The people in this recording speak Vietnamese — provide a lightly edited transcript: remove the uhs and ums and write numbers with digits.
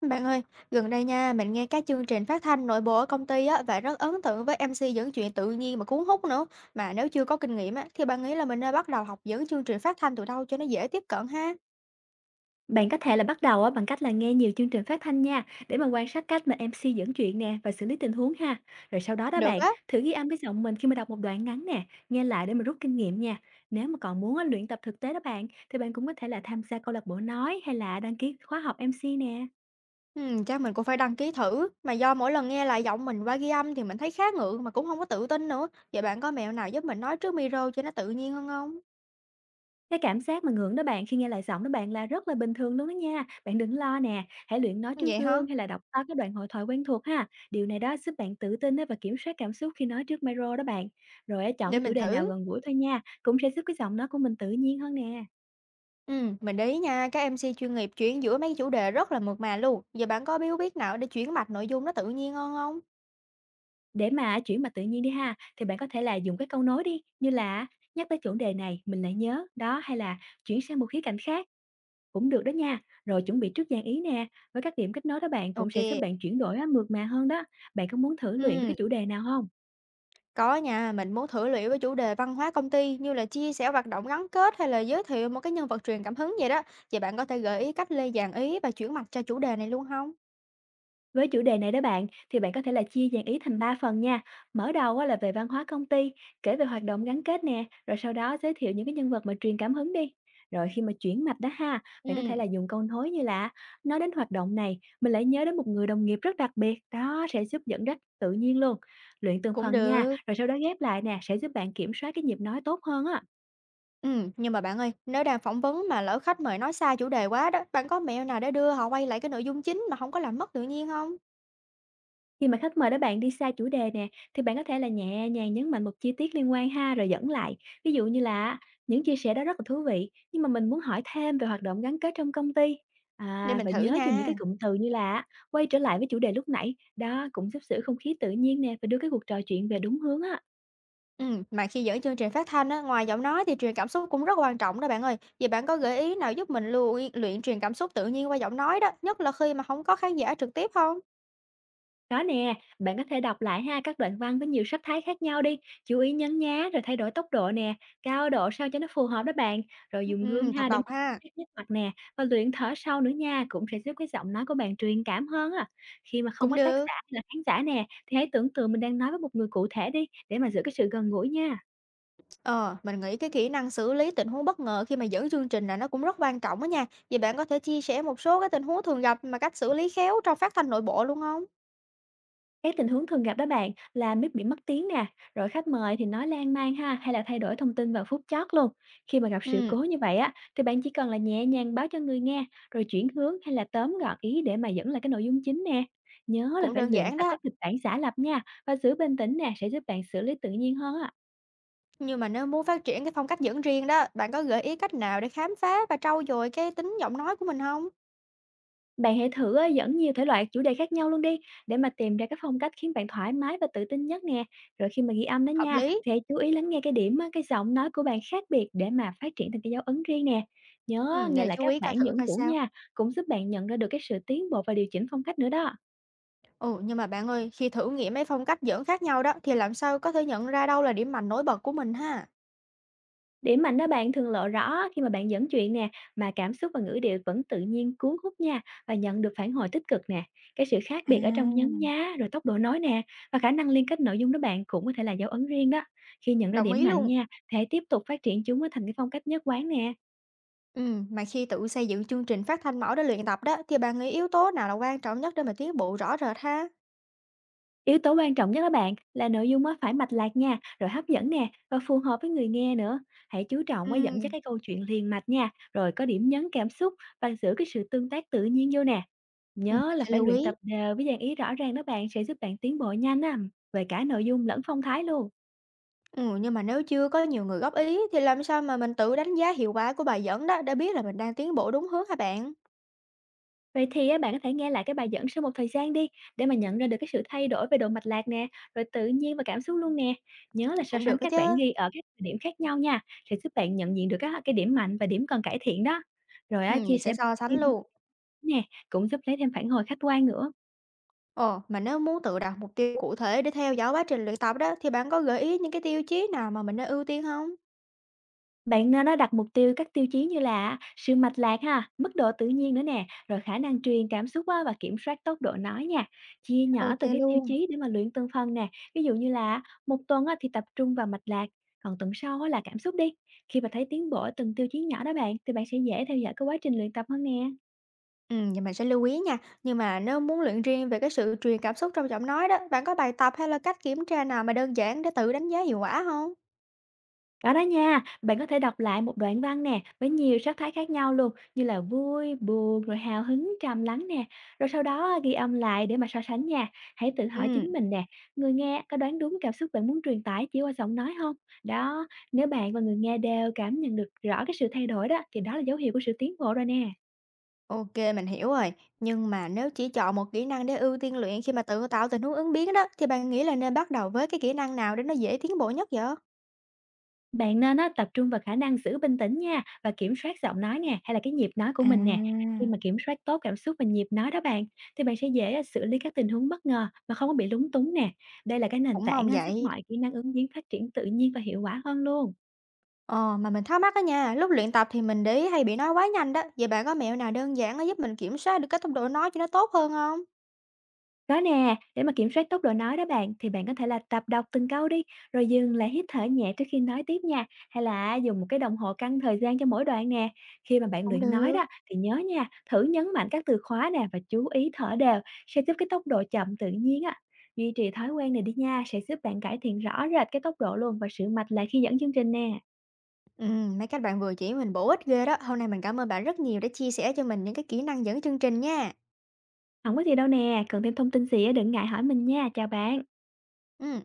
Bạn ơi, gần đây nha, mình nghe các chương trình phát thanh nội bộ ở công ty á và rất ấn tượng với MC dẫn chuyện tự nhiên mà cuốn hút nữa. Mà nếu chưa có kinh nghiệm á thì bạn nghĩ là mình nên bắt đầu học dẫn chương trình phát thanh từ đâu cho nó dễ tiếp cận ha? Bạn có thể là bắt đầu á, bằng cách là nghe nhiều chương trình phát thanh nha, để mà quan sát cách mà MC dẫn chuyện nè và xử lý tình huống ha. Rồi sau đó đó Được bạn, á. thử ghi âm cái giọng mình khi mà đọc một đoạn ngắn nè, nghe lại để mà rút kinh nghiệm nha. Nếu mà còn muốn á, luyện tập thực tế đó bạn, thì bạn cũng có thể là tham gia câu lạc bộ nói hay là đăng ký khóa học MC nè. Ừ, chắc mình cũng phải đăng ký thử, mà do mỗi lần nghe lại giọng mình qua ghi âm thì mình thấy khá ngượng mà cũng không có tự tin nữa. Vậy bạn có mẹo nào giúp mình nói trước micro cho nó tự nhiên hơn không? Cái cảm giác mà ngượng đó bạn khi nghe lại giọng đó bạn là rất là bình thường luôn đó nha. Bạn đừng lo nè, hãy luyện nói trước Vậy hả? gương hay là đọc to các đoạn hội thoại quen thuộc ha. Điều này đó giúp bạn tự tin á và kiểm soát cảm xúc khi nói trước micro đó bạn. Rồi á, chọn Để cái chủ mình đề nào thử. gần gũi thôi nha, cũng sẽ giúp cái giọng nói của mình tự nhiên hơn nè. Ừ, mình để ý nha, các MC chuyên nghiệp chuyển giữa mấy chủ đề rất là mượt mà luôn. Giờ bạn có bí quyết nào để chuyển mạch nội dung nó tự nhiên hơn không? Để mà chuyển mà tự nhiên đi ha, thì bạn có thể là dùng cái câu nối đi, như là nhắc tới chủ đề này mình lại nhớ đó, hay là chuyển sang một khía cạnh khác. Cũng được đó nha, rồi chuẩn bị trước dàn ý nè, với các điểm kết nối đó bạn cũng sẽ giúp OK. bạn chuyển đổi á, mượt mà hơn đó. Bạn có muốn thử luyện với Ừm, cái chủ đề nào không? có nha, mình muốn thử liệu với chủ đề văn hóa công ty như là chia sẻ hoạt động gắn kết hay là giới thiệu một cái nhân vật truyền cảm hứng vậy đó. Vậy bạn có thể gợi ý cách lây dàn ý và chuyển mặt cho chủ đề này luôn không? Với chủ đề này đó bạn, thì bạn có thể là chia dàn ý thành 3 phần nha. Mở đầu á, là về văn hóa công ty, kể về hoạt động gắn kết nè, rồi sau đó giới thiệu những cái nhân vật mà truyền cảm hứng đi. Rồi khi mà chuyển mạch đó ha, bạn có thể là Ừm, dùng câu nối như là nói đến hoạt động này, mình lại nhớ đến một người đồng nghiệp rất đặc biệt, đó sẽ giúp dẫn dắt tự nhiên luôn. Luyện từng cũng phần nha, được. rồi sau đó ghép lại nè, sẽ giúp bạn kiểm soát cái nhịp nói tốt hơn á. Nhưng mà bạn ơi, nếu đang phỏng vấn mà lỡ khách mời nói sai chủ đề quá đó, bạn có mẹo nào để đưa họ quay lại cái nội dung chính mà không có làm mất tự nhiên không? Khi mà khách mời đó bạn đi xa chủ đề nè, thì bạn có thể là nhẹ nhàng nhấn mạnh một chi tiết liên quan ha rồi dẫn lại. Ví dụ như là những chia sẻ đó rất là thú vị, nhưng mà mình muốn hỏi thêm về hoạt động gắn kết trong công ty. Để À, mình và thử nhớ dùng những nha. cái cụm từ như là quay trở lại với chủ đề lúc nãy, đó cũng giúp giữ không khí tự nhiên nè và đưa cái cuộc trò chuyện về đúng hướng á. Mà khi dẫn chương trình phát thanh á, ngoài giọng nói thì truyền cảm xúc cũng rất quan trọng đó bạn ơi. Vậy bạn có gợi ý nào giúp mình luyện luyện truyền cảm xúc tự nhiên qua giọng nói đó, nhất là khi mà không có khán giả trực tiếp không? Có nè, bạn có thể đọc lại ha các đoạn văn với nhiều sắc thái khác nhau đi, chú ý nhấn nhá rồi thay đổi tốc độ nè, cao độ sao cho nó phù hợp đó bạn, rồi Ừm, dùng gương ừm, tập ha để đọc ha, nét nét mặt nè và luyện thở sâu nữa nha, cũng sẽ giúp cái giọng nói của bạn truyền cảm hơn á. Khi mà không cũng có tác được. giả hay là khán giả nè, thì hãy tưởng tượng mình đang nói với một người cụ thể đi để mà giữ cái sự gần gũi nha. Ờ, mình nghĩ cái kỹ năng xử lý tình huống bất ngờ khi mà dẫn chương trình là nó cũng rất quan trọng đó nha. Vậy bạn có thể chia sẻ một số cái tình huống thường gặp mà cách xử lý khéo trong phát thanh nội bộ luôn không? Cái tình huống thường gặp đó bạn là mic bị mất tiếng nè, rồi khách mời thì nói lan man ha, hay là thay đổi thông tin vào phút chót luôn. Khi mà gặp sự cố Ừm, như vậy á, thì bạn chỉ cần là nhẹ nhàng báo cho người nghe rồi chuyển hướng, hay là tóm gọn ý để mà dẫn lại cái nội dung chính nè. Nhớ là cũng phải đơn luyện giản tập đó. các kịch bản giả lập nha, và giữ bình tĩnh nè sẽ giúp bạn xử lý tự nhiên hơn á. Nhưng mà nếu muốn phát triển cái phong cách dẫn riêng đó, bạn có gợi ý cách nào để khám phá và trau dồi cái tính giọng nói của mình không? Bạn hãy thử á, dẫn nhiều thể loại chủ đề khác nhau luôn đi, để mà tìm ra cái phong cách khiến bạn thoải mái và tự tin nhất nè. Rồi khi mà ghi âm đó Hợp nha, lý. thì hãy chú ý lắng nghe cái điểm, á, cái giọng nói của bạn khác biệt để mà phát triển thành cái dấu ấn riêng nè. Nhớ Ừm, nghe để lại chú các ý coi bản thử dẫn coi cũ sao. nha, cũng giúp bạn nhận ra được cái sự tiến bộ và điều chỉnh phong cách nữa đó. Ồ, nhưng mà bạn ơi, khi thử nghiệm mấy phong cách dẫn khác nhau đó thì làm sao có thể nhận ra đâu là điểm mạnh nổi bật của mình ha? Điểm mạnh đó bạn thường lộ rõ khi mà bạn dẫn chuyện nè, mà cảm xúc và ngữ điệu vẫn tự nhiên cuốn hút nha và nhận được phản hồi tích cực nè. Cái sự khác À. biệt ở trong nhấn nhá, rồi tốc độ nói nè và khả năng liên kết nội dung đó bạn cũng có thể là dấu ấn riêng đó. Khi nhận ra Đồng điểm ý mạnh luôn. nha, thì hãy tiếp tục phát triển chúng á thành cái phong cách nhất quán nè. Ừ, mà khi tự xây dựng chương trình phát thanh mẫu để luyện tập đó thì bạn nghĩ yếu tố nào là quan trọng nhất để mà tiến bộ rõ rệt ha? Yếu tố quan trọng nhất đó bạn là nội dung á phải mạch lạc nha, rồi hấp dẫn nè và phù hợp với người nghe nữa. Hãy chú trọng Ừ, qua dẫn dắt cái câu chuyện liền mạch nha, rồi có điểm nhấn cảm xúc và giữ cái sự tương tác tự nhiên vô nè. Nhớ mình là sẽ phải lưu luyện ý. tập đều với dàn ý rõ ràng đó bạn, sẽ giúp bạn tiến bộ nhanh á, về cả nội dung lẫn phong thái luôn. Ừ, nhưng mà nếu chưa có nhiều người góp ý thì làm sao mà mình tự đánh giá hiệu quả của bài dẫn đó để biết là mình đang tiến bộ đúng hướng hả bạn? Vậy thì á, bạn có thể nghe lại cái bài dẫn sau một thời gian đi, để mà nhận ra được cái sự thay đổi về độ mạch lạc nè, rồi tự nhiên và cảm xúc luôn nè. Nhớ là so Cũng sánh được đó các chứ. bản ghi ở các thời điểm khác nhau nha, sẽ giúp bạn nhận diện được các cái điểm mạnh và điểm cần cải thiện đó. Rồi Ừ, á, chia mình sẻ sẽ so sánh luôn. nè cũng giúp lấy thêm phản hồi khách quan nữa. Ồ, mà nếu muốn tự đặt mục tiêu cụ thể để theo dõi quá trình luyện tập đó, thì bạn có gợi ý những cái tiêu chí nào mà mình nên ưu tiên không? Bạn nên đặt mục tiêu các tiêu chí như là sự mạch lạc ha, mức độ tự nhiên nữa nè, rồi khả năng truyền cảm xúc á và kiểm soát tốc độ nói nha. Chia nhỏ Ok từng cái tiêu luôn. chí để mà luyện từng phần nè. Ví dụ như là một tuần á thì tập trung vào mạch lạc, còn tuần sau á là cảm xúc đi. Khi mà thấy tiến bộ ở từng tiêu chí nhỏ đó bạn, thì bạn sẽ dễ theo dõi cái quá trình luyện tập hơn nè. Ừ, vậy mình sẽ lưu ý nha. Nhưng mà nếu muốn luyện riêng về cái sự truyền cảm xúc trong giọng nói đó, bạn có bài tập hay là cách kiểm tra nào mà đơn giản để tự đánh giá hiệu quả không? Có đó nha, bạn có thể đọc lại một đoạn văn nè, với nhiều sắc thái khác nhau luôn, như là vui, buồn, rồi hào hứng, trầm lắng nè. Rồi sau đó à, ghi âm lại để mà so sánh nha. Hãy tự hỏi Ừ, chính mình nè, người nghe có đoán đúng cảm xúc bạn muốn truyền tải chỉ qua giọng nói không? Đó, nếu bạn và người nghe đều cảm nhận được rõ cái sự thay đổi đó, thì đó là dấu hiệu của sự tiến bộ rồi nè. ok, mình hiểu rồi. Nhưng mà nếu chỉ chọn một kỹ năng để ưu tiên luyện khi mà tự tạo tình huống ứng biến đó, thì bạn nghĩ là nên bắt đầu với cái kỹ năng nào để nó dễ tiến bộ nhất vậy? Bạn nên á, tập trung vào khả năng giữ bình tĩnh nha và kiểm soát giọng nói nè, hay là cái nhịp nói của À. mình nè. Khi mà kiểm soát tốt cảm xúc và nhịp nói đó bạn, thì bạn sẽ dễ á, xử lý các tình huống bất ngờ mà không có bị lúng túng nè. Đây là cái nền Cũng tảng mong á, giúp vậy. mọi kỹ năng ứng biến phát triển tự nhiên và hiệu quả hơn luôn. Ờ, mà mình thắc mắc á nha, lúc luyện tập thì mình để ý hay bị nói quá nhanh đó. Vậy bạn có mẹo nào đơn giản á giúp mình kiểm soát được cái tốc độ nói cho nó tốt hơn không? Có nè, để mà kiểm soát tốc độ nói đó bạn, thì bạn có thể là tập đọc từng câu đi, rồi dừng lại hít thở nhẹ trước khi nói tiếp nha, hay là dùng một cái đồng hồ căn thời gian cho mỗi đoạn nè. Khi mà bạn Cũng luyện nói được. đó thì nhớ nha, thử nhấn mạnh các từ khóa nè và chú ý thở đều sẽ giúp cái tốc độ chậm tự nhiên á. Duy trì thói quen này đi nha, sẽ giúp bạn cải thiện rõ rệt cái tốc độ luôn và sự mạch lại khi dẫn chương trình nè. Ừ, mấy cách bạn vừa chỉ mình bổ ích ghê đó. Hôm nay mình cảm ơn bạn rất nhiều đã chia sẻ cho mình những cái kỹ năng dẫn chương trình nha. Không có gì đâu nè, cần thêm thông tin gì á, đừng ngại hỏi mình nha. Chào bạn. Ừ.